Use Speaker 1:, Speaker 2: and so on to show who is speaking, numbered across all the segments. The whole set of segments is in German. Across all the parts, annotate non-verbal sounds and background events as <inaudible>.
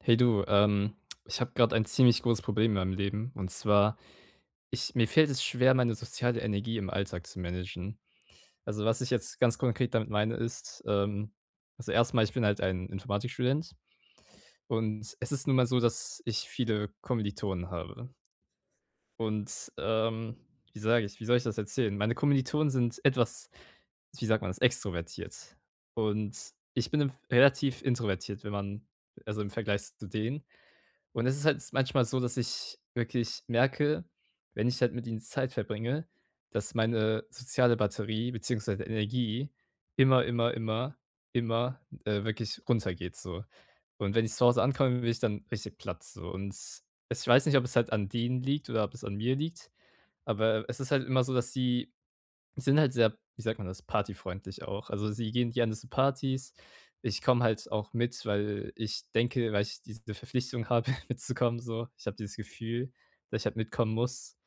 Speaker 1: Hey du, ich habe gerade ein ziemlich großes Problem in meinem Leben. Und zwar, ich mir fällt es schwer, meine soziale Energie im Alltag zu managen. Also, was ich jetzt ganz konkret damit meine, ist, also erstmal, ich bin halt ein Informatikstudent und es ist nun mal so, dass ich viele Kommilitonen habe. Und, wie soll ich das erzählen? Meine Kommilitonen sind etwas, wie sagt man das, extrovertiert. Und ich bin im relativ introvertiert, wenn man also im Vergleich zu denen. Und es ist halt manchmal so, dass ich wirklich merke, wenn ich halt mit ihnen Zeit verbringe, dass meine soziale Batterie beziehungsweise Energie immer, immer, immer, immer, wirklich runtergeht so. Und wenn ich zu Hause ankomme, bin ich dann richtig platt so. Und es ich weiß nicht, ob es halt an denen liegt oder ob es an mir liegt, aber es ist halt immer so, dass sie die sind halt sehr, wie sagt man das, partyfreundlich auch. Also, sie gehen gerne zu Partys. Ich komme halt auch mit, weil ich diese Verpflichtung habe, <laughs> mitzukommen so. Ich habe dieses Gefühl, dass ich halt mitkommen muss.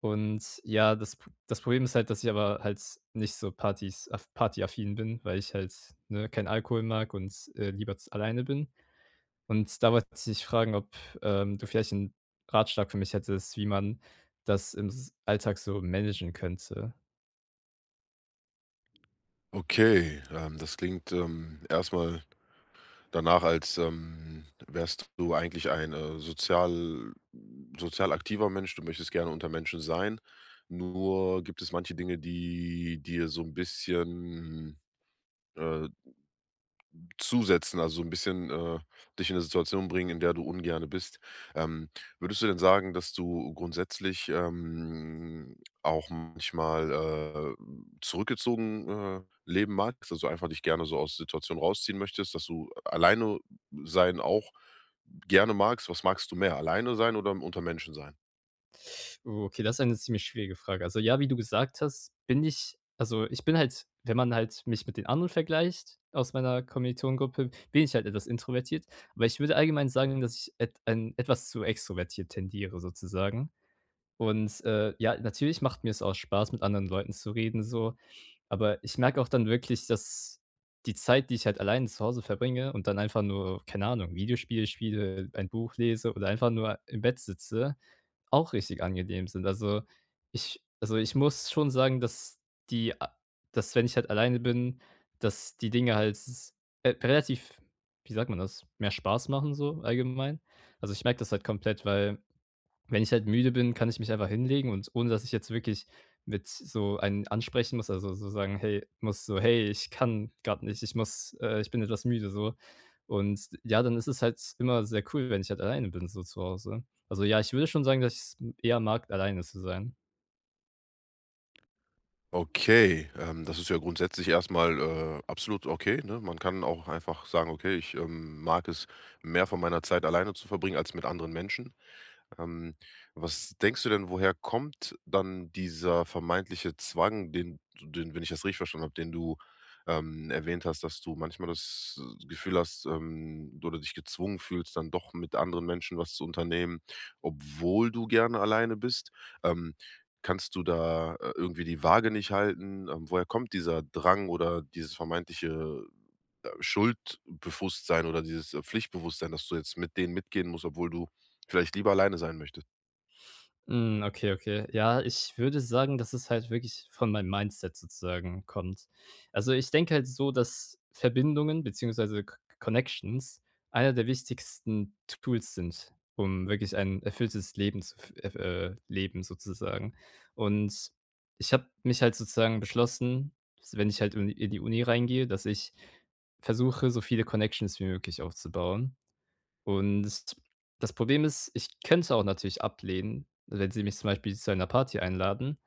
Speaker 1: Und ja, das Problem ist halt, dass ich aber halt nicht so Partys af partyaffin bin, weil ich halt, ne, keinen Alkohol mag und, lieber z alleine bin. Und da wollte ich dich fragen, ob, du vielleicht einen Ratschlag für mich hättest, wie man das im s Alltag so managen könnte?
Speaker 2: Okay, das klingt, erst danach, als, wärst du eigentlich ein, sozial aktiver Mensch. Du möchtest gerne unter Menschen sein. Nur gibt es manche Dinge, die dir so ein bisschen, äh zusetzen, also so ein bisschen, dich in eine Situation bringen, in der du ungerne bist. Ähm, Würdest du denn sagen, dass du grundsätzlich, auch manchmal, zurückgezogen, leben magst, also einfach dich gerne so aus Situationen rausziehen möchtest, dass du alleine sein auch gerne magst? Was magst du mehr, alleine sein oder unter Menschen sein?
Speaker 1: Okay, das ist eine ziemlich schwierige Frage. Also ja, wie du gesagt hast, bin ich also ich bin halt, wenn man halt mich mit den anderen vergleicht aus meiner Kommilitonengruppe, bin ich halt etwas introvertiert. Aber ich würde allgemein sagen, dass ich et ein etwas zu extrovertiert tendiere sozusagen. Und, ja, natürlich macht mir es auch Spaß, mit anderen Leuten zu reden so. Aber ich merke auch dann wirklich, dass die Zeit, die ich halt allein zu Hause verbringe und dann einfach nur, keine Ahnung, Videospiele spiele, ein Buch lese oder einfach nur im Bett sitze, auch richtig angenehm sind. Also, ich muss schon sagen, dass die a dass wenn ich halt alleine bin, dass die Dinge halt s relativ, wie sagt man das, mehr Spaß machen so allgemein. Also, ich merke das halt komplett, weil wenn ich halt müde bin, kann ich mich einfach hinlegen und ohne dass ich jetzt wirklich mit so einen ansprechen muss, also so sagen: „Hey" muss, so: „Hey, ich kann gerade nicht, ich bin etwas müde", so. Und ja, dann ist es halt immer sehr cool, wenn ich halt alleine bin so zu Hause. Also ja, ich würde schon sagen, dass ich's eher mag, alleine zu sein.
Speaker 2: Okay, das ist ja grundsätzlich erstmal absolut okay, ne? Man kann auch einfach sagen: „Okay, ich, mag es, mehr von meiner Zeit alleine zu verbringen als mit anderen Menschen.“ ähm, Was denkst du denn, woher kommt dann dieser vermeintliche Zwang, den, wenn ich das richtig verstanden habe, den du, erwähnt hast, dass du manchmal das Gefühl hast, oder dich gezwungen fühlst, dann doch mit anderen Menschen was zu unternehmen, obwohl du gerne alleine bist. Ähm, Kannst du da, irgendwie die Waage nicht halten? Woher kommt dieser Drang oder dieses vermeintliche Schuldbewusstsein oder dieses, Pflichtbewusstsein, dass du jetzt mit denen mitgehen musst, obwohl du vielleicht lieber alleine sein möchtest.
Speaker 1: Hm, okay, okay. Ja, ich würde sagen, dass es halt wirklich von meinem Mindset sozusagen kommt. Also, ich denke halt so, dass Verbindungen beziehungsweise Co Connections einer der wichtigsten Tools sind, um wirklich ein erfülltes Leben zu f leben sozusagen. Und ich habe mich halt sozusagen beschlossen, wenn ich halt in die Uni reingehe, dass ich versuche, so viele Connections wie möglich aufzubauen. Und das Problem ist, ich könnte auch natürlich ablehnen, wenn sie mich zum Beispiel zu einer Party einladen,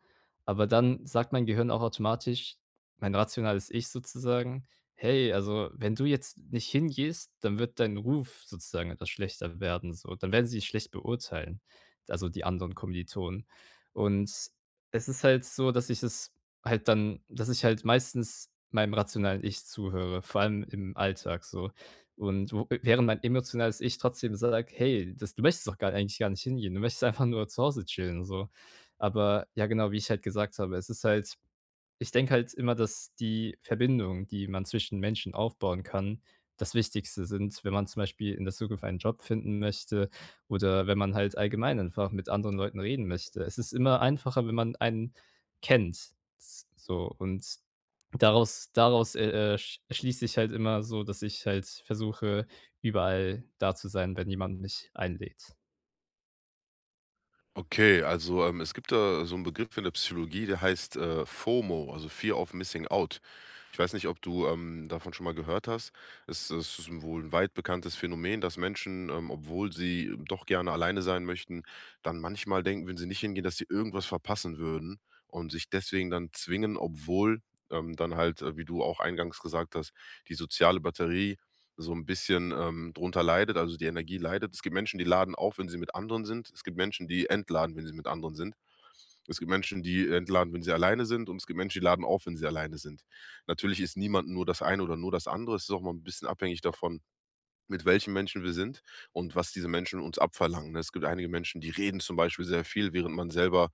Speaker 1: aber dann sagt mein Gehirn auch automatisch mein rationales Ich sozusagen: „Hey, also, wenn du jetzt nicht hingehst, dann wird dein Ruf sozusagen etwas schlechter werden so. Dann werden sie dich schlecht beurteilen, also, die anderen Kommilitonen." Und es ist halt so, dass ich halt meistens meinem rationalen Ich zuhöre, vor allem im Alltag so. Und wo während mein emotionales Ich trotzdem sagt: „Hey, das du möchtest doch gar eigentlich gar nicht hingehen. Du möchtest einfach nur zu Hause chillen", so. Aber ja, genau, wie ich halt gesagt habe, es ist halt ich denke halt immer, dass die Verbindung, die man zwischen Menschen aufbauen kann, das Wichtigste sind, wenn man zum Beispiel in der Zukunft einen Job finden möchte oder wenn man halt allgemein einfach mit anderen Leuten reden möchte. Es ist immer einfacher, wenn man einen kennt, s so. Und daraus schließt sich halt immer so, dass ich halt versuche, überall da zu sein, wenn jemand mich einlädt.
Speaker 2: Okay, also, es gibt da so einen Begriff in der Psychologie, der heißt, FOMO, also Fear of Missing Out. Ich weiß nicht, ob du, davon schon mal gehört hast. Es ist wohl ein weit bekanntes Phänomen, dass Menschen, obwohl sie doch gerne alleine sein möchten, dann manchmal denken, wenn sie nicht hingehen, dass sie irgendwas verpassen würden und sich deswegen dann zwingen, obwohl, dann halt, wie du auch eingangs gesagt hast, die soziale Batterie so ein bisschen, drunter leidet, also die Energie leidet. Es gibt Menschen, die laden auf, wenn sie mit anderen sind. Es gibt Menschen, die entladen, wenn sie mit anderen sind. Es gibt Menschen, die entladen, wenn sie alleine sind, und es gibt Menschen, die laden auf, wenn sie alleine sind. Natürlich ist niemand nur das eine oder nur das andere. Es ist auch mal ein bisschen abhängig davon, mit welchen Menschen wir sind und was diese Menschen uns abverlangen, ne? Es gibt einige Menschen, die reden zum Beispiel sehr viel, während man selber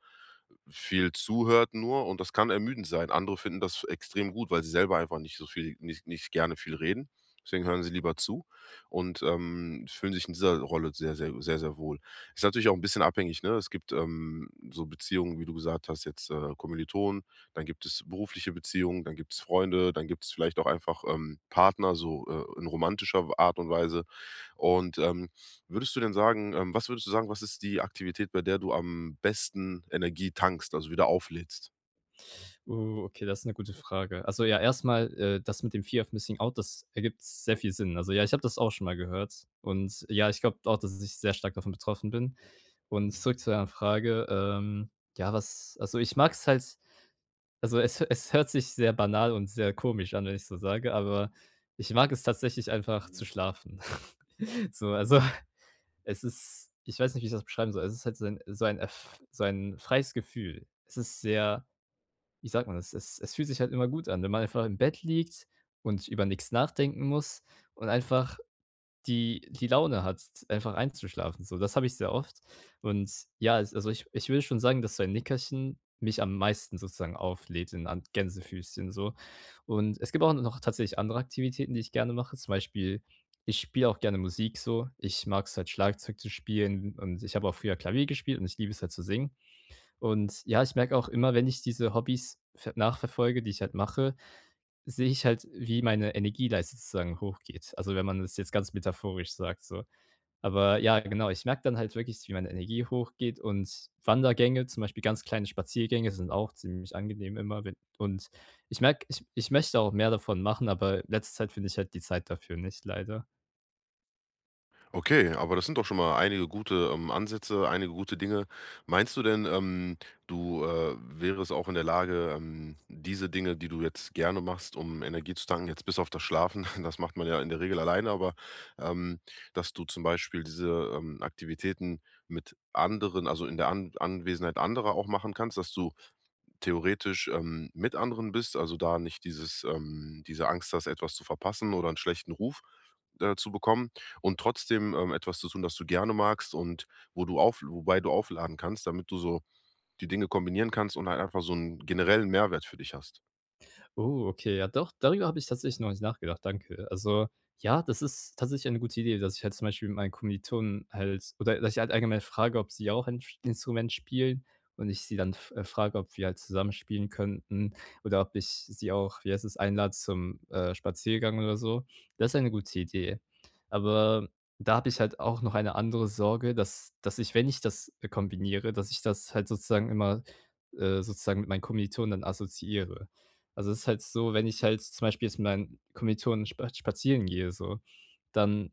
Speaker 2: viel zuhört nur, und das kann ermüdend sein. Andere finden das extrem gut, weil sie selber einfach nicht so viel nicht gerne viel reden. Deswegen hören sie lieber zu und, fühlen sich in dieser Rolle sehr, sehr sehr wohl. Ist natürlich auch ein bisschen abhängig, ne? Es gibt, so Beziehungen, wie du gesagt hast, jetzt, Kommilitonen, dann gibt es berufliche Beziehungen, dann gibt es Freunde, dann gibt es vielleicht auch einfach, Partner, so, in romantischer Art und Weise. Und, würdest du denn sagen was würdest du sagen, was ist die Aktivität, bei der du am besten Energie tankst, also wieder auflädst?
Speaker 1: Okay, das ist eine gute Frage. Also, ja, erstmal, das mit dem Fear of Missing Out, das ergibt sehr viel Sinn. Also, ja, ich habe das auch schon mal gehört und ja, ich glaube auch, dass ich sehr stark davon betroffen bin. Und zurück zu deiner Frage, ja, was also, ich mag es halt, also es hört sich sehr banal und sehr komisch an, wenn ich so sage, aber ich mag es tatsächlich einfach zu schlafen. <laughs> So, also, <laughs> Es ist ich weiß nicht, wie ich das beschreiben soll. Es ist halt so ein freies Gefühl. Es ist sehr wie sagt man das? Es fühlt sich halt immer gut an, wenn man einfach im Bett liegt und über nichts nachdenken muss und einfach die Laune hat, einfach einzuschlafen, so. Das habe ich sehr oft. Und ja, es also ich ich würde schon sagen, dass so ein Nickerchen mich am meisten sozusagen auflädt in an Gänsefüßchen so. Und es gibt auch noch tatsächlich andere Aktivitäten, die ich gerne mache. Zum Beispiel, ich spiele auch gerne Musik so. Ich mag es halt, Schlagzeug zu spielen, und ich habe auch früher Klavier gespielt, und ich liebe es halt zu singen. Und ja, ich merke auch immer, wenn ich diese Hobbys ver nachverfolge, die ich halt mache, sehe ich halt, wie meine Energieleiste sozusagen hochgeht. Also, wenn man das jetzt ganz metaphorisch sagt so. Aber ja, genau, ich merke dann halt wirklich, wie meine Energie hochgeht, und Wandergänge, zum Beispiel ganz kleine Spaziergänge, sind auch ziemlich angenehm immer, wenn und ich merke, ich ich möchte auch mehr davon machen, aber letzte Zeit finde ich halt die Zeit dafür nicht leider.
Speaker 2: Okay, aber das sind doch schon mal einige gute, Ansätze, einige gute Dinge. Meinst du denn, du, wärest auch in der Lage, diese Dinge, die du jetzt gerne machst, um Energie zu tanken, jetzt bis auf das Schlafen, <laughs> das macht man ja in der Regel alleine, aber, ähm, dass du zum Beispiel diese, Aktivitäten mit anderen, also in der An Anwesenheit anderer auch machen kannst, dass du theoretisch, mit anderen bist, also da nicht dieses diese Angst hast, etwas zu verpassen oder einen schlechten Ruf, zu bekommen und trotzdem, etwas zu tun, das du gerne magst und wo du auf wobei du aufladen kannst, damit du so die Dinge kombinieren kannst und halt einfach so einen generellen Mehrwert für dich hast.
Speaker 1: Oh, okay, ja doch, darüber habe ich tatsächlich noch nicht nachgedacht, danke. Also, ja, das ist tatsächlich eine gute Idee, dass ich halt zum Beispiel mit meinen Kommilitonen halt oder dass ich halt allgemein frage, ob sie auch ein Instrument spielen, und ich sie dann frage, ob wir halt zusammen spielen könnten, oder ob ich sie auch, wie heißt es, einlade zum Spaziergang oder so. Das ist eine gute Idee. Aber da habe ich halt auch noch eine andere Sorge, dass ich, wenn ich das kombiniere, dass ich das halt sozusagen immer mit meinen Kommilitonen dann assoziiere. Also, es ist halt so, wenn ich halt zum Beispiel jetzt mit meinen Kommilitonen spazieren gehe so, dann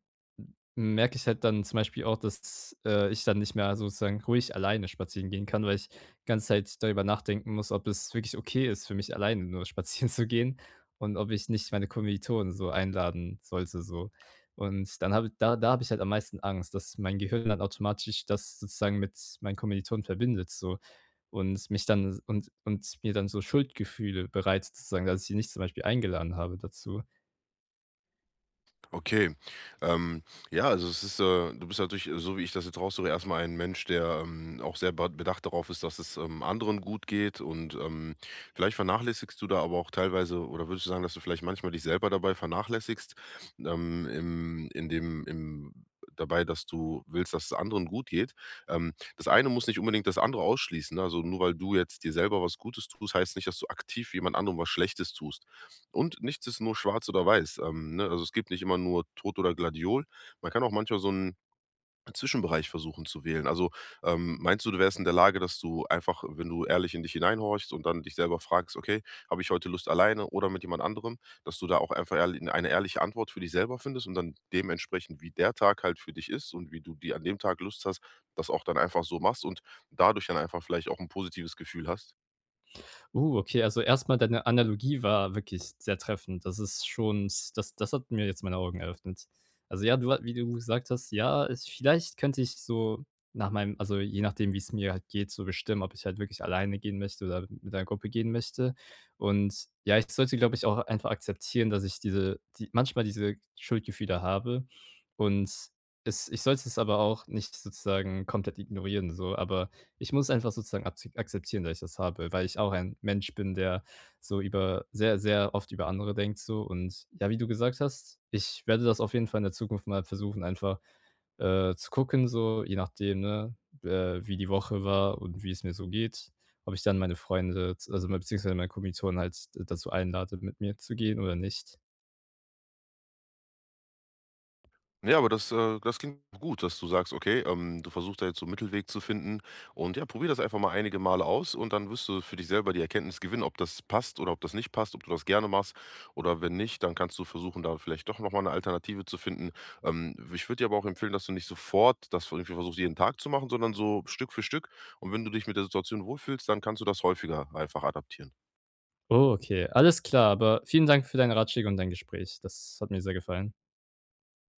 Speaker 1: merke ich halt dann zum Beispiel auch, dass, ich dann nicht mehr sozusagen ruhig alleine spazieren gehen kann, weil ich die ganze Zeit darüber nachdenken muss, ob es wirklich okay ist, für mich alleine nur <laughs> spazieren zu gehen und ob ich nicht meine Kommilitonen so einladen sollte so. Und dann habe da da habe ich halt am meisten Angst, dass mein Gehirn dann automatisch das sozusagen mit meinen Kommilitonen verbindet so und mich dann und mir dann so Schuldgefühle bereitet sozusagen, dass ich sie nicht zum Beispiel eingeladen habe dazu.
Speaker 2: Okay. Ähm, ja, also es ist, du bist natürlich, so wie ich das jetzt raushöre, erst mal ein Mensch, der, auch sehr bedacht darauf ist, dass es, anderen gut geht und, vielleicht vernachlässigst du da aber auch teilweise oder würdest du sagen, dass du vielleicht manchmal dich selber dabei vernachlässigst, im in dem im dabei, dass du willst, dass es anderen gut geht. Das eine muss nicht unbedingt das andere ausschließen, ne? Also, nur weil du jetzt dir selber was Gutes tust, heißt nicht, dass du aktiv jemand anderem was Schlechtes tust. Und nichts ist nur schwarz oder weiß, ne? Also, es gibt nicht immer nur Tod oder Gladiol. Man kann auch manchmal so einen Zwischenbereich versuchen zu wählen. Also, meinst du, du wärst in der Lage, dass du einfach, wenn du ehrlich in dich hineinhorchst und dann dich selber fragst: „Okay, habe ich heute Lust alleine oder mit jemand anderem“, dass du da auch einfach ehrl eine ehrliche Antwort für dich selber findest und dann dementsprechend, wie der Tag halt für dich ist und wie du die an dem Tag Lust hast, das auch dann einfach so machst und dadurch dann einfach vielleicht auch ein positives Gefühl hast?
Speaker 1: Okay, also erstmal, deine Analogie war wirklich sehr treffend. Das ist schon s das das hat mir jetzt meine Augen eröffnet. Also ja, du ha wie du gesagt hast, ja, es vielleicht könnte ich so nach meinem also je nachdem, wie es mir halt geht, so bestimmen, ob ich halt wirklich alleine gehen möchte oder mit einer Gruppe gehen möchte. Und ja, ich sollte, glaube ich, auch einfach akzeptieren, dass ich diese die manchmal diese Schuldgefühle habe, und es ich sollte es aber auch nicht sozusagen komplett ignorieren so, aber ich muss einfach sozusagen akzeptieren, dass ich das habe, weil ich auch ein Mensch bin, der so über sehr, sehr oft über andere denkt so. Und ja, wie du gesagt hast, ich werde das auf jeden Fall in der Zukunft mal versuchen, einfach, zu gucken so, je nachdem, ne, wie die Woche war und wie es mir so geht, ob ich dann meine Freunde z also, beziehungsweise meine Kommilitonen halt dazu einlade, mit mir zu gehen oder nicht.
Speaker 2: Ja, aber das, das klingt gut, dass du sagst: „Okay, du versuchst da jetzt so 'n Mittelweg zu finden und ja, probier das einfach mal einige Male aus und dann wirst du für dich selber die Erkenntnis gewinnen, ob das passt oder ob das nicht passt, ob du das gerne machst oder wenn nicht, dann kannst du versuchen, da vielleicht doch noch mal 'ne Alternative zu finden.“ ich würde dir aber auch empfehlen, dass du nicht sofort das irgendwie versuchst, jeden Tag zu machen, sondern so Stück für Stück und wenn du dich mit der Situation wohlfühlst, dann kannst du das häufiger einfach adaptieren.
Speaker 1: Oh, okay, alles klar, aber vielen Dank für deine Ratschläge und dein Gespräch. Das hat mir sehr gefallen.